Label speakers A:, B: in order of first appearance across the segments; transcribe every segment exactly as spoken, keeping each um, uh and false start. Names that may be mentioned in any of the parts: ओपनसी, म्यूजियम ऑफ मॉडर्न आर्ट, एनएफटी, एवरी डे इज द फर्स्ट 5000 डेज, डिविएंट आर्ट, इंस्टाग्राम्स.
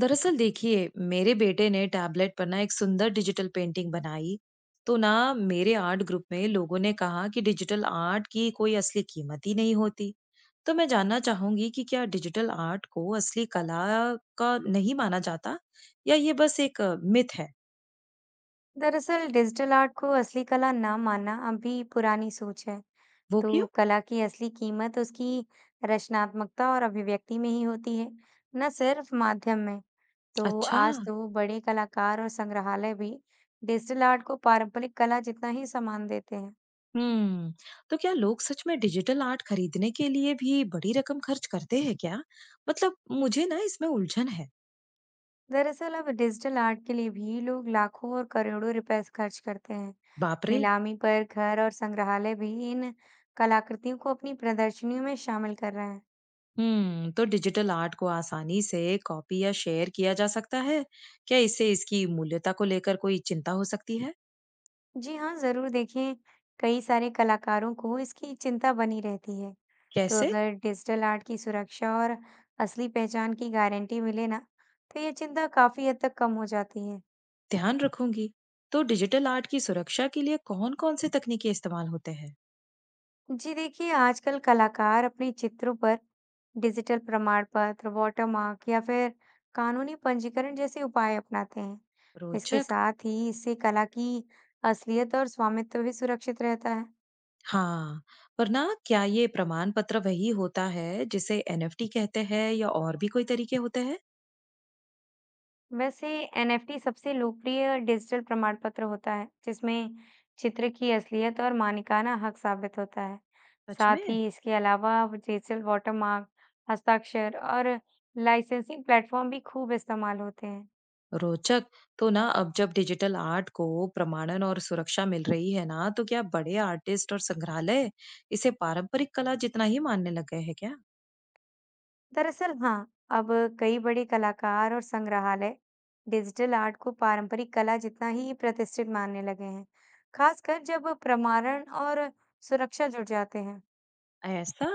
A: दरअसल देखिए, मेरे बेटे ने tablet पर ना एक सुंदर digital painting बनाई। तो ना मेरे आर्ट ग्रुप में लोगों ने कहा कि डिजिटल आर्ट की कोई असली कीमत ही नहीं होती। तो मैं जानना चाहूंगी कि क्या डिजिटल आर्ट को असली कला का नहीं माना जाता या ये बस एक मिथ है।
B: दरअसल डिजिटल आर्ट को असली कला ना मानना अभी पुरानी सोच है।
A: वो
B: तो
A: क्यों?
B: कला की असली कीमत उसकी रचनात्मकता और अभिव्यक्ति में ही होती है, न सिर्फ माध्यम में। तो
A: अच्छा।
B: आज तो बड़े कलाकार और संग्रहालय भी डिजिटल आर्ट को पारंपरिक कला जितना ही सम्मान देते हैं।
A: हम्म। तो क्या लोग सच में डिजिटल आर्ट खरीदने के लिए भी बड़ी रकम खर्च करते हैं क्या? मतलब मुझे ना इसमें उलझन है।
B: दरअसल अब डिजिटल आर्ट के लिए भी लोग लाखों और करोड़ों रुपए खर्च करते हैं।
A: बाप रे।
B: नीलामी पर घर और संग्रहालय भी इन कलाकृतियों को अपनी प्रदर्शनियों में शामिल कर रहे हैं।
A: हम्म। तो डिजिटल आर्ट को आसानी से कॉपी या शेयर किया जा सकता है, क्या इससे इसकी मूल्यता को लेकर कोई चिंता हो सकती है?
B: जी हाँ, ज़रूर देखिए, कई सारे कलाकारों को इसकी चिंता बनी रहती है। तो
A: कैसे?
B: अगर डिजिटल आर्ट की सुरक्षा और असली पहचान की गारंटी मिले ना, तो ये चिंता काफ़ी हद तक कम हो जाती है।
A: ध्यान रखूंगी। तो डिजिटल आर्ट की सुरक्षा के लिए कौन कौन से तकनीकें इस्तेमाल होते हैं?
B: जी देखिए, आजकल कलाकार अपने चित्रों पर डिजिटल प्रमाण पत्र, वाटरमार्क या फिर कानूनी पंजीकरण जैसे उपाय अपनाते हैं। इसके
A: रोचक।
B: साथ ही इससे कला की असलियत और स्वामित्व भी सुरक्षित रहता है।
A: हाँ। पर ना क्या ये प्रमाण पत्र वही होता है जिसे एन एफ टी कहते हैं या और भी कोई तरीके होते हैं?
B: वैसे एनएफटी सबसे लोकप्रिय डिजिटल प्रमाण पत्र होता है, जिसमें चित्र की असलियत और मालिकाना हक साबित होता है।
A: सच
B: साथ
A: में।
B: ही इसके अलावा अब डिजिटल वाटरमार्क, हस्ताक्षर और लाइसेंसिंग प्लेटफॉर्म भी खूब इस्तेमाल होते हैं।
A: रोचक। तो ना अब जब डिजिटल आर्ट को प्रमाणन और सुरक्षा मिल रही है ना, तो क्या बड़े आर्टिस्ट और संग्रहालय इसे पारंपरिक कला जितना ही मानने लग गए हैं क्या?
B: दरअसल हाँ, अब कई बड़े कलाकार और संग्रहालय डिजिटल आर्ट को पारंपरिक कला जितना ही प्रतिष्ठित मानने लगे हैं, खासकर जब प्रमाणन और सुरक्षा जुड़ जाते हैं।
A: ऐसा।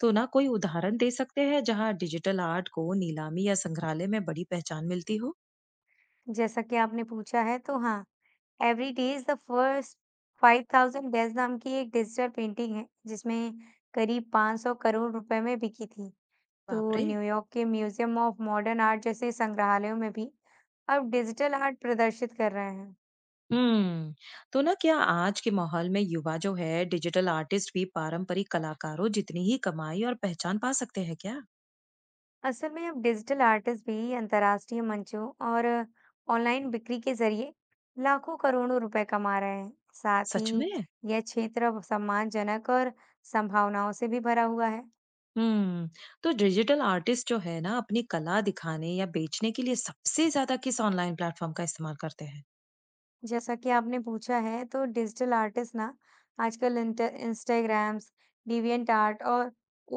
A: तो ना कोई उदाहरण दे सकते हैं जहाँ डिजिटल आर्ट को नीलामी या संग्रहालय में बड़ी पहचान मिलती हो?
B: जैसा कि आपने पूछा है, तो हाँ every day is the first five thousand days नाम की एक डिजिटल पेंटिंग है जिसमें करीब पाँच सौ करोड़ रुपए में बिकी थी।
A: बाप
B: तो
A: रे।
B: न्यूयॉर्क के म्यूजियम ऑफ मॉडर्न आर्ट जैसे संग्रहालयों में भी अब डिजिटल आर्ट प्रदर्शित कर रहे हैं।
A: हम्म। तो ना क्या आज के माहौल में युवा जो है डिजिटल आर्टिस्ट भी पारंपरिक कलाकारों जितनी ही कमाई और पहचान पा सकते हैं क्या?
B: असल में अब डिजिटल आर्टिस्ट भी अंतर्राष्ट्रीय मंचों और ऑनलाइन बिक्री के जरिए लाखों करोड़ों रुपए कमा रहे हैं। साथ
A: सच
B: ही
A: में।
B: यह क्षेत्र अब सम्मानजनक और संभावनाओं से भी भरा हुआ है।
A: हुँ। तो डिजिटल आर्टिस्ट जो है ना, अपनी कला दिखाने या बेचने के लिए सबसे ज़्यादा किस ऑनलाइन प्लेटफ़ॉर्म का इस्तेमाल करते हैं?
B: जैसा कि आपने पूछा है, तो डिजिटल आर्टिस्ट ना आजकल इंट इंस्टाग्राम्स, डिविएंट आर्ट और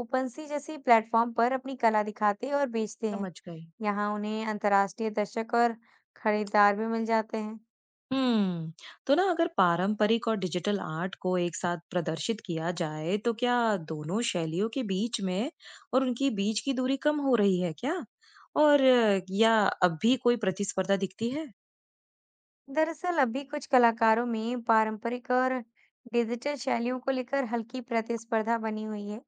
B: ओपनसी जैसी प्लेटफॉर्म पर अपनी कला दिखाते और बेचते हैं।
A: समझ गई।
B: यहाँ उन्हें अंतर्राष्ट्रीय दर्शक और खरीदार भी मिल जाते हैं।
A: हुँ। तो ना अगर पारंपरिक और डिजिटल आर्ट को एक साथ प्रदर्शित किया जाए, तो क्या दोनों शैलियों के बीच में और उनकी बीच की दूरी कम हो रही है क्या? और अ, या अब भी कोई प्रतिस्पर्धा दिखती है?
B: दरअसल अभी कुछ कलाकारों में पारंपरिक और डिजिटल शैलियों को लेकर हल्की प्रतिस्पर्धा बनी हुई है।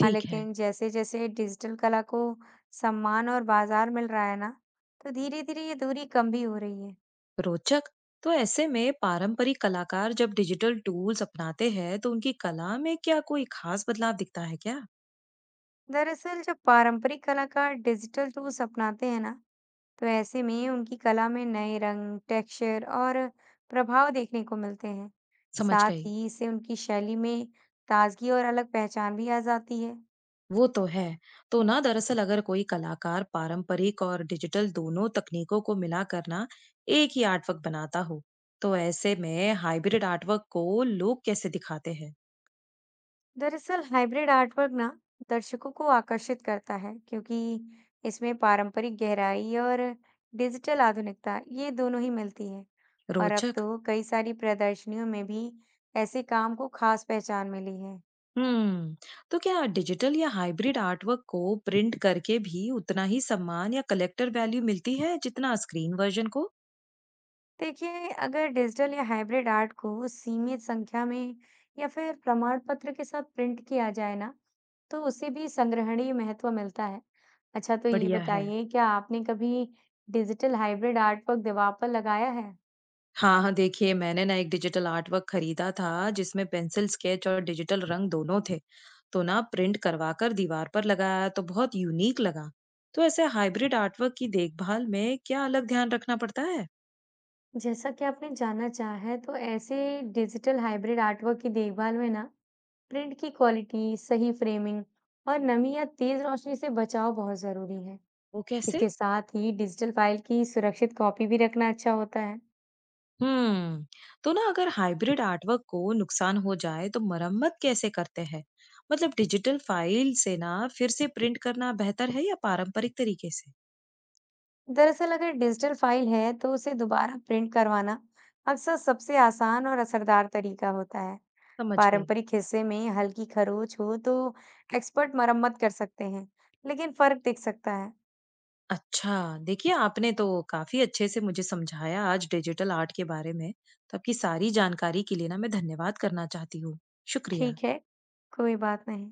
B: हाँ,
A: है।
B: लेकिन जैसे-जैसे डिजिटल कला को सम्मान और बाजार मिल रहा है ना, तो धीरे-धीरे ये दूरी कम भी हो रही है।
A: रोचक। तो ऐसे में पारंपरिक कलाकार जब डिजिटल टूल्स अपनाते हैं तो उनकी कला में क्या कोई खास बदलाव दिखता है क्या?
B: दरअसल जब पारंपरिक कलाकार डिजिटल टूल्स अपनाते हैं ना, तो ऐसे में उनकी कला में नए रंग, टेक्सचर और प्रभाव देखने को मिलते हैं।
A: समझ
B: साथ
A: गई।
B: ही इससे उनकी शैली में ताजगी और अलग पहचान भी आ जाती है।
A: वो तो है। तो ना दरअसल अगर कोई कलाकार पारंपरिक और डिजिटल दोनों तकनीकों को मिला करना एक ही आर्टवर्क बनाता हो, तो ऐसे में हाइब्रिड आर्टवर्क को लोग कैसे दिखाते हैं?
B: दरअसल हाइब्रिड आर्टवर्क ना दर्शकों को आकर्षित करता है क्योंकि इसमें पारंपरिक गहराई और डिजिटल आधुनिकता ये दोनों ही मिलती है। और अब
A: रोचक।
B: तो कई सारी प्रदर्शनियों में भी ऐसे काम को खास पहचान मिली है।
A: हम्म। तो क्या डिजिटल या हाइब्रिड आर्टवर्क को प्रिंट करके भी उतना ही सम्मान या कलेक्टर वैल्यू मिलती है जितना स्क्रीन वर्जन को?
B: देखिए, अगर डिजिटल या हाइब्रिड आर्ट को सीमित संख्या में या फिर प्रमाण पत्र के साथ प्रिंट किया जाए ना, तो उसे भी संग्रहणीय महत्व मिलता है। अच्छा, तो ये
A: बढ़िया है।
B: बताइए क्या आपने कभी डिजिटल हाइब्रिड आर्ट पर दांव लगाया है?
A: हाँ, हाँ, देखिए मैंने ना एक डिजिटल आर्ट वर्क खरीदा था जिसमें पेंसिल स्केच और डिजिटल रंग दोनों थे। तो ना प्रिंट करवाकर दीवार पर लगाया तो बहुत यूनिक लगा। तो ऐसे हाइब्रिड आर्ट वर्क की देखभाल में क्या अलग ध्यान रखना पड़ता है?
B: जैसा कि आपने जानना चाहा है, तो ऐसे डिजिटल हाइब्रिड आर्टवर्क की देखभाल में ना प्रिंट की क्वालिटी, सही फ्रेमिंग और नमी या तेज रोशनी से बचाव बहुत जरूरी है।
A: वो कैसे?
B: इसके साथ ही डिजिटल फाइल की सुरक्षित कॉपी भी रखना अच्छा होता है।
A: हम्म। तो ना अगर हाइब्रिड आर्टवर्क को नुकसान हो जाए तो मरम्मत कैसे करते हैं? मतलब डिजिटल फाइल से ना फिर से प्रिंट करना बेहतर है या पारंपरिक तरीके से?
B: दरअसल अगर डिजिटल फाइल है तो उसे दोबारा प्रिंट करवाना अक्सर सबसे आसान और असरदार तरीका होता है।
A: समझ गई।
B: पारंपरिक हिस्से में हल्की खरोंच हो तो एक्सपर्ट मरम्मत कर सकते हैं, लेकिन फर्क दिख सकता है।
A: अच्छा, देखिए आपने तो काफ़ी अच्छे से मुझे समझाया आज डिजिटल आर्ट के बारे में। तो आपकी सारी जानकारी के लिए ना मैं धन्यवाद करना चाहती हूँ। शुक्रिया।
B: ठीक है, कोई बात नहीं।